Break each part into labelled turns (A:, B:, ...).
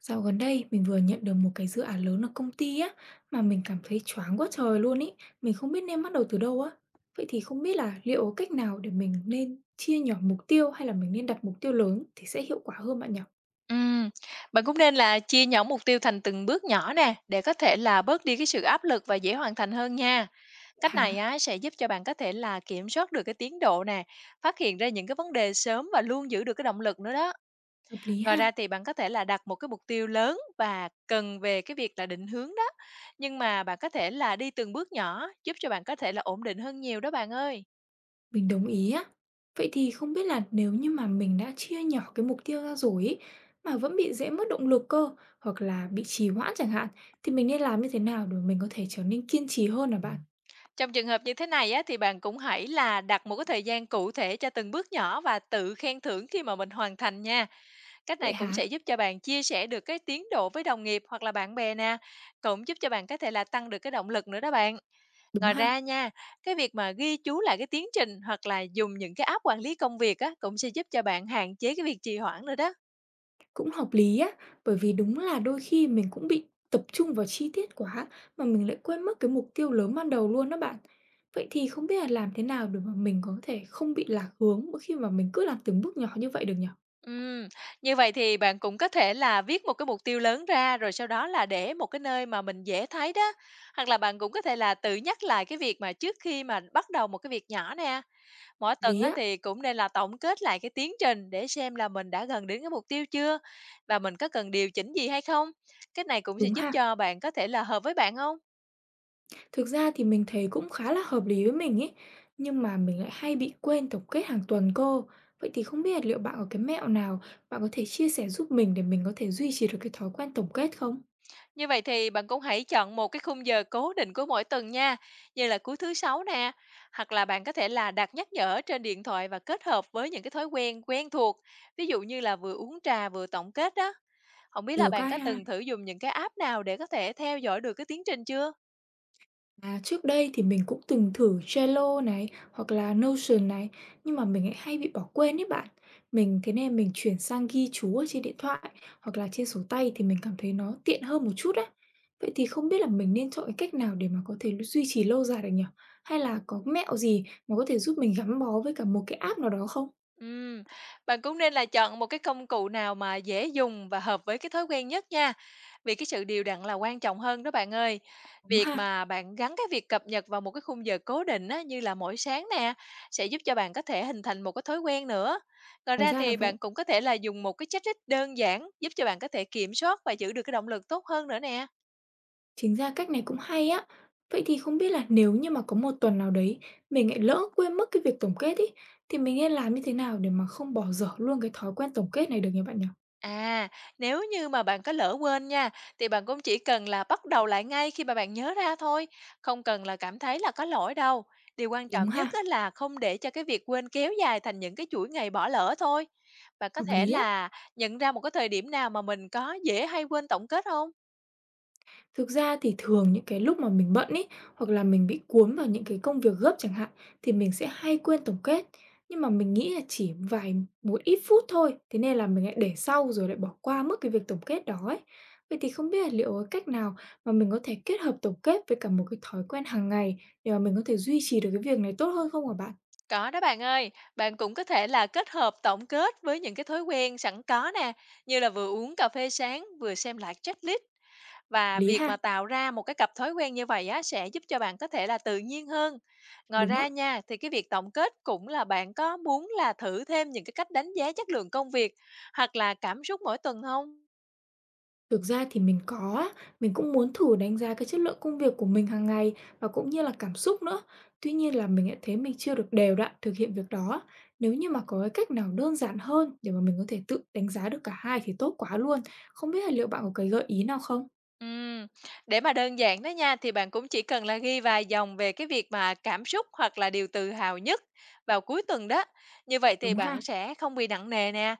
A: Dạo gần đây mình vừa nhận được một cái dự án lớn ở công ty á, mà mình cảm thấy choáng quá trời luôn ý, mình không biết nên bắt đầu từ đâu á. Vậy thì không biết là liệu có cách nào để mình nên chia nhỏ mục tiêu, hay là mình nên đặt mục tiêu lớn thì sẽ hiệu quả hơn bạn nhỉ?
B: Ừm, bạn cũng nên là chia nhỏ mục tiêu thành từng bước nhỏ nè, để có thể là bớt đi cái sự áp lực và dễ hoàn thành hơn nha. Cách này
A: Hả?
B: á sẽ giúp cho bạn có thể là kiểm soát được cái tiến độ nè, phát hiện ra những cái vấn đề sớm và luôn giữ được cái động lực nữa đó.
A: Hợp lý
B: Ngoài
A: ha,
B: ra thì bạn có thể là đặt một cái mục tiêu lớn và cần về cái việc là định hướng đó. Nhưng mà bạn có thể là đi từng bước nhỏ giúp cho bạn có thể là ổn định hơn nhiều đó bạn ơi.
A: mình đồng ý á. Vậy thì không biết là, nếu như mà mình đã chia nhỏ cái mục tiêu ra rồi ý, mà vẫn bị dễ mất động lực cơ, hoặc là bị trì hoãn chẳng hạn, thì mình nên làm như thế nào để mình có thể trở nên kiên trì hơn hả bạn?
B: Trong trường hợp như thế này á, thì bạn cũng hãy là đặt một cái thời gian cụ thể cho từng bước nhỏ và tự khen thưởng khi mà mình hoàn thành nha. Cách
A: Vậy
B: này cũng
A: hả?
B: sẽ giúp cho bạn chia sẻ được cái tiến độ với đồng nghiệp hoặc là bạn bè nè, cũng giúp cho bạn có thể là tăng được cái động lực nữa đó bạn.
A: Đúng
B: Ngoài
A: ha.
B: ra nha, cái việc mà ghi chú lại cái tiến trình hoặc là dùng những cái app quản lý công việc á, cũng sẽ giúp cho bạn hạn chế cái việc trì hoãn nữa đó.
A: Cũng hợp lý á, bởi vì đúng là đôi khi mình cũng bị tập trung vào chi tiết quá, mà mình lại quên mất cái mục tiêu lớn ban đầu luôn đó bạn. Vậy thì không biết là làm thế nào để mà mình có thể không bị lạc hướng, mỗi khi mà mình cứ làm từng bước nhỏ như vậy được nhỉ? Hợp
B: Ừm, như vậy thì bạn cũng có thể là viết một cái mục tiêu lớn ra, rồi sau đó là để một cái nơi mà mình dễ thấy đó. Hoặc là bạn cũng có thể là tự nhắc lại cái việc mà trước khi mà bắt đầu một cái việc nhỏ nè, mỗi tuần
A: lý
B: á
A: á,
B: thì cũng nên là tổng kết lại cái tiến trình để xem là mình đã gần đến cái mục tiêu chưa và mình có cần điều chỉnh gì hay không. Cái này cũng sẽ
A: đúng
B: giúp
A: ha.
B: cho bạn có thể là hợp với bạn không?
A: Thực ra thì mình thấy cũng khá là hợp lý với mình ấy, nhưng mà mình lại hay bị quên tổng kết hàng tuần cô. Vậy thì không biết là liệu bạn có cái mẹo nào bạn có thể chia sẻ giúp mình, để mình có thể duy trì được cái thói quen tổng kết không?
B: Như vậy thì bạn cũng hãy chọn một cái khung giờ cố định của mỗi tuần nha, như là cuối thứ Sáu nè, hoặc là bạn có thể là đặt nhắc nhở trên điện thoại và kết hợp với những cái thói quen quen thuộc, ví dụ như là vừa uống trà vừa tổng kết đó. Không biết là
A: Được
B: bạn
A: á
B: có
A: ha.
B: từng thử dùng những cái app nào để có thể theo dõi được cái tiến trình chưa?
A: À, trước đây thì mình cũng từng thử Trello này, hoặc là Notion này, nhưng mà mình lại hay bị bỏ quên ấy bạn. Thế nên mình chuyển sang ghi chú ở trên điện thoại, hoặc là trên sổ tay, thì mình cảm thấy nó tiện hơn một chút á. Vậy thì không biết là mình nên chọn cái cách nào để mà có thể duy trì lâu dài được nhỉ? Hay là có mẹo gì mà có thể giúp mình gắn bó với cả một cái app nào đó không?
B: Ừm, bạn cũng nên là chọn một cái công cụ nào mà dễ dùng và hợp với cái thói quen nhất nha. Vì cái sự đều đặn là quan trọng hơn đó bạn ơi.
A: Đúng
B: Việc
A: ha,
B: mà bạn gắn cái việc cập nhật vào một cái khung giờ cố định á, như là mỗi sáng nè, sẽ giúp cho bạn có thể hình thành một cái thói quen nữa. Ngoài
A: hóa
B: ra
A: ra là
B: thì
A: vậy.
B: bạn cũng có thể là dùng một cái checklist đơn giản giúp cho bạn có thể kiểm soát và giữ được cái động lực tốt hơn nữa nè.
A: Chính ra cách này cũng hay á. Vậy thì không biết là, nếu như mà có một tuần nào đấy mình lại lỡ quên mất cái việc tổng kết ấy, thì mình nên làm như thế nào để mà không bỏ dở luôn cái thói quen tổng kết này được nhỉ bạn nhỉ?
B: À, nếu như mà bạn có lỡ quên nha, thì bạn cũng chỉ cần là bắt đầu lại ngay khi mà bạn nhớ ra thôi, không cần là cảm thấy là có lỗi đâu. Điều quan
A: Đúng
B: trọng nhất
A: ha,
B: á là không để cho cái việc quên kéo dài thành những cái chuỗi ngày bỏ lỡ thôi. Bạn có
A: hợp
B: thể
A: lý á.
B: là nhận ra một cái thời điểm nào mà mình có dễ hay quên tổng kết không?
A: Thực ra thì thường những cái lúc mà mình bận ý, hoặc là mình bị cuốn vào những cái công việc gấp chẳng hạn, thì mình sẽ hay quên tổng kết. Nhưng mà mình nghĩ là chỉ một ít phút thôi, thế nên là mình lại để sau rồi lại bỏ qua mất cái việc tổng kết đó ấy. Vậy thì không biết là liệu có cách nào mà mình có thể kết hợp tổng kết với cả một cái thói quen hàng ngày, để mà mình có thể duy trì được cái việc này tốt hơn không hả bạn?
B: Có đó bạn ơi, bạn cũng có thể là kết hợp tổng kết với những cái thói quen sẵn có nè, như là vừa uống cà phê sáng, vừa xem lại checklist.
A: Hợp
B: Và
A: lý
B: việc
A: ha?
B: mà tạo ra một cái cặp thói quen như vậy á, sẽ giúp cho bạn có thể là tự nhiên hơn. Ngoài
A: Đúng á.
B: ra nha, thì cái việc tổng kết cũng là bạn có muốn là thử thêm những cái cách đánh giá chất lượng công việc hoặc là cảm xúc mỗi tuần không?
A: Thực ra thì mình có á, mình cũng muốn thử đánh giá cái chất lượng công việc của mình hàng ngày, và cũng như là cảm xúc nữa. Tuy nhiên là mình lại thấy mình chưa được đều đặn thực hiện việc đó. Nếu như mà có cái cách nào đơn giản hơn để mà mình có thể tự đánh giá được cả hai thì tốt quá luôn. Không biết là liệu bạn có cái gợi ý nào không?
B: Ừm, để mà đơn giản đó nha, thì bạn cũng chỉ cần là ghi vài dòng về cái việc mà cảm xúc hoặc là điều tự hào nhất vào cuối tuần đó. Như vậy thì
A: Đúng
B: bạn
A: ha,
B: sẽ không bị nặng nề nè.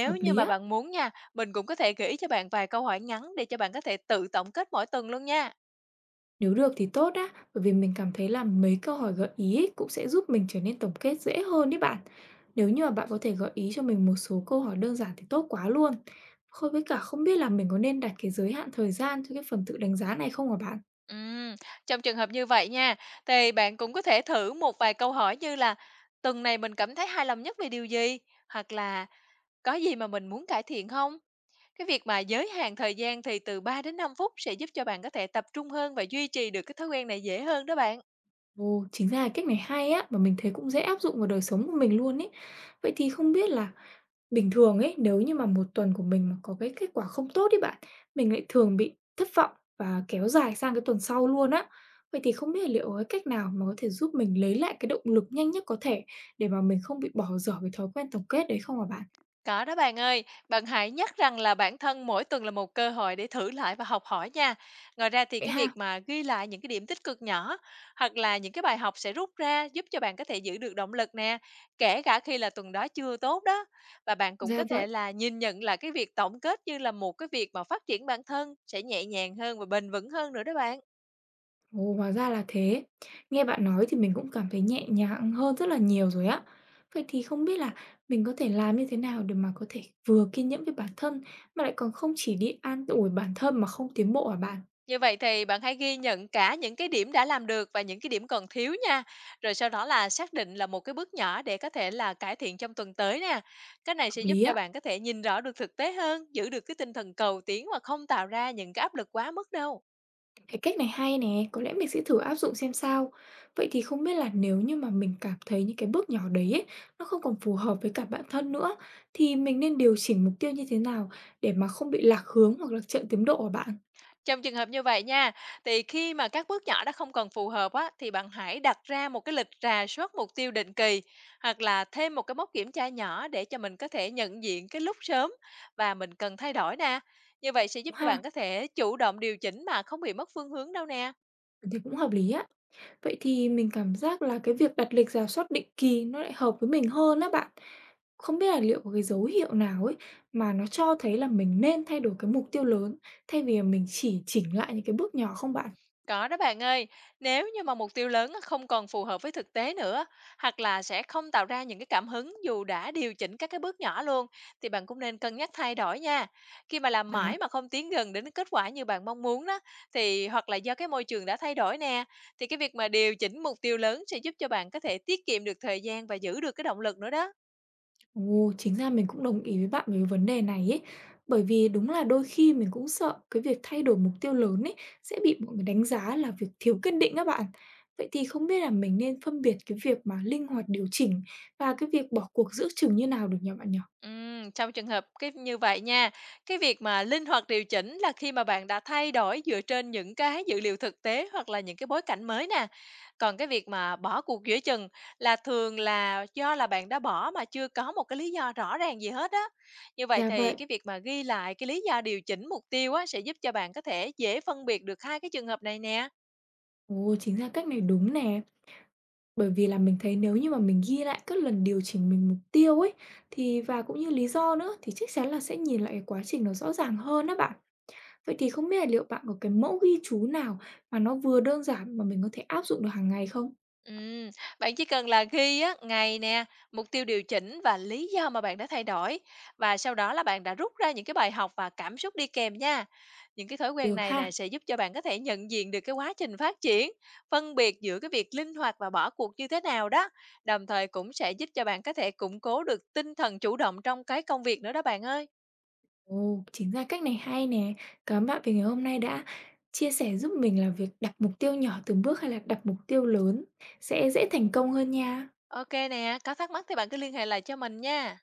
A: hợp
B: như
A: lý
B: mà
A: á.
B: bạn muốn nha, mình cũng có thể gửi cho bạn vài câu hỏi ngắn để cho bạn có thể tự tổng kết mỗi tuần luôn nha.
A: Nếu được thì tốt á, bởi vì mình cảm thấy là mấy câu hỏi gợi ý ấy cũng sẽ giúp mình trở nên tổng kết dễ hơn đấy bạn. Nếu như mà bạn có thể gợi ý cho mình một số câu hỏi đơn giản thì tốt quá luôn. Không, với cả không biết là mình có nên đặt cái giới hạn thời gian cho cái phần tự đánh giá này không hả bạn?
B: Ừm, trong trường hợp như vậy nha, thì bạn cũng có thể thử một vài câu hỏi như là tuần này mình cảm thấy hài lòng nhất về điều gì? Hoặc là có gì mà mình muốn cải thiện không? Cái việc mà giới hạn thời gian thì từ 3 đến 5 phút sẽ giúp cho bạn có thể tập trung hơn và duy trì được cái thói quen này dễ hơn đó bạn.
A: Ồ, chính ra là cách này hay á, mà mình thấy cũng dễ áp dụng vào đời sống của mình luôn ấy. Vậy thì không biết là, bình thường ấy, nếu như mà một tuần của mình mà có cái kết quả không tốt ấy bạn, mình lại thường bị thất vọng và kéo dài sang cái tuần sau luôn á. Vậy thì không biết là liệu có cái cách nào mà có thể giúp mình lấy lại cái động lực nhanh nhất có thể, để mà mình không bị bỏ dở cái thói quen tổng kết đấy không hả bạn?
B: Có đó bạn ơi, bạn hãy nhắc rằng là bản thân mỗi tuần là một cơ hội để thử lại và học hỏi nha. Ngoài ra thì
A: Vậy
B: cái
A: ha?
B: việc mà ghi lại những cái điểm tích cực nhỏ hoặc là những cái bài học sẽ rút ra giúp cho bạn có thể giữ được động lực nè, kể cả khi là tuần đó chưa tốt đó. Và bạn cũng
A: Ra
B: có
A: vậy.
B: thể là nhìn nhận là cái việc tổng kết như là một cái việc mà phát triển bản thân sẽ nhẹ nhàng hơn và bền vững hơn nữa đó bạn.
A: Ồ, hóa ra là thế. Nghe bạn nói thì mình cũng cảm thấy nhẹ nhàng hơn rất là nhiều rồi á. Vậy thì không biết là mình có thể làm như thế nào để mà có thể vừa kiên nhẫn với bản thân, mà lại còn không chỉ đi an ủi bản thân mà không tiến bộ hả bạn?
B: Như vậy thì bạn hãy ghi nhận cả những cái điểm đã làm được và những cái điểm còn thiếu nha. Rồi sau đó là xác định là một cái bước nhỏ để có thể là cải thiện trong tuần tới nè. Cái này
A: Hợp
B: sẽ giúp
A: lý
B: cho
A: á.
B: bạn có thể nhìn rõ được thực tế hơn, giữ được cái tinh thần cầu tiến và không tạo ra những cái áp lực quá mức đâu.
A: Cái cách này hay nè, có lẽ mình sẽ thử áp dụng xem sao. Vậy thì không biết là, nếu như mà mình cảm thấy những cái bước nhỏ đấy ấy, nó không còn phù hợp với cả bản thân nữa, thì mình nên điều chỉnh mục tiêu như thế nào để mà không bị lạc hướng, hoặc là chậm tiến độ của bạn?
B: Trong trường hợp như vậy nha, thì khi mà các bước nhỏ đó không còn phù hợp á, thì bạn hãy đặt ra một cái lịch rà soát mục tiêu định kỳ hoặc là thêm một cái mốc kiểm tra nhỏ để cho mình có thể nhận diện cái lúc sớm và mình cần thay đổi nè. Như vậy sẽ giúp cho
A: Ha,
B: bạn có thể chủ động điều chỉnh mà không bị mất phương hướng đâu nè.
A: mình thấy cũng hợp lý á. Vậy thì mình cảm giác là cái việc đặt lịch rà soát định kỳ nó lại hợp với mình hơn á bạn. Không biết là liệu có cái dấu hiệu nào ấy, mà nó cho thấy là mình nên thay đổi cái mục tiêu lớn, thay vì là mình chỉ chỉnh lại những cái bước nhỏ không bạn?
B: Có đó bạn ơi, nếu như mà mục tiêu lớn á, không còn phù hợp với thực tế nữa, hoặc là sẽ không tạo ra những cái cảm hứng dù đã điều chỉnh các cái bước nhỏ luôn, thì bạn cũng nên cân nhắc thay đổi nha. Khi mà làm mãi mà không tiến gần đến kết quả như bạn mong muốn đó, thì hoặc là do cái môi trường đã thay đổi nè, thì cái việc mà điều chỉnh mục tiêu lớn sẽ giúp cho bạn có thể tiết kiệm được thời gian và giữ được cái động lực nữa đó.
A: Ồ, chính ra mình cũng đồng ý với bạn về cái vấn đề này ấy. Bởi vì đúng là đôi khi mình cũng sợ cái việc thay đổi mục tiêu lớn ấy sẽ bị mọi người đánh giá là việc thiếu kiên định các bạn. Vậy thì không biết là mình nên phân biệt cái việc mà linh hoạt điều chỉnh và cái việc bỏ cuộc giữa chừng như nào được nhỉ bạn nhỉ?
B: Trong trường hợp cái như vậy nha, cái việc mà linh hoạt điều chỉnh là khi mà bạn đã thay đổi dựa trên những cái dữ liệu thực tế hoặc là những cái bối cảnh mới nè. Còn cái việc mà bỏ cuộc giữa chừng là thường là do là bạn đã bỏ mà chưa có một cái lý do rõ ràng gì hết á. Như vậy
A: Dạ
B: thì
A: vậy.
B: cái việc mà ghi lại cái lý do điều chỉnh mục tiêu á sẽ giúp cho bạn có thể dễ phân biệt được hai cái trường hợp này nè.
A: Ồ, chính ra cách này đúng nè. Bởi vì là mình thấy, nếu như mà mình ghi lại các lần điều chỉnh mình mục tiêu ấy, thì và cũng như lý do nữa, thì chắc chắn là sẽ nhìn lại cái quá trình nó rõ ràng hơn á bạn. Vậy thì không biết là liệu bạn có cái mẫu ghi chú nào mà nó vừa đơn giản, mà mình có thể áp dụng được hàng ngày không?
B: Ừm, bạn chỉ cần là ghi á, ngày nè, mục tiêu điều chỉnh và lý do mà bạn đã thay đổi và sau đó là bạn đã rút ra những cái bài học và cảm xúc đi kèm nha. Những cái thói quen
A: Được
B: này nè
A: ha.
B: sẽ giúp cho bạn có thể nhận diện được cái quá trình phát triển, phân biệt giữa cái việc linh hoạt và bỏ cuộc như thế nào đó. Đồng thời cũng sẽ giúp cho bạn có thể củng cố được tinh thần chủ động trong cái công việc nữa đó bạn ơi.
A: Ồ, chính ra cách này hay nè. Cảm ơn bạn vì ngày hôm nay đã chia sẻ giúp mình là việc đặt mục tiêu nhỏ từng bước, hay là đặt mục tiêu lớn sẽ dễ thành công hơn nha.
B: Ok nè, có thắc mắc thì bạn cứ liên hệ lại cho mình nha.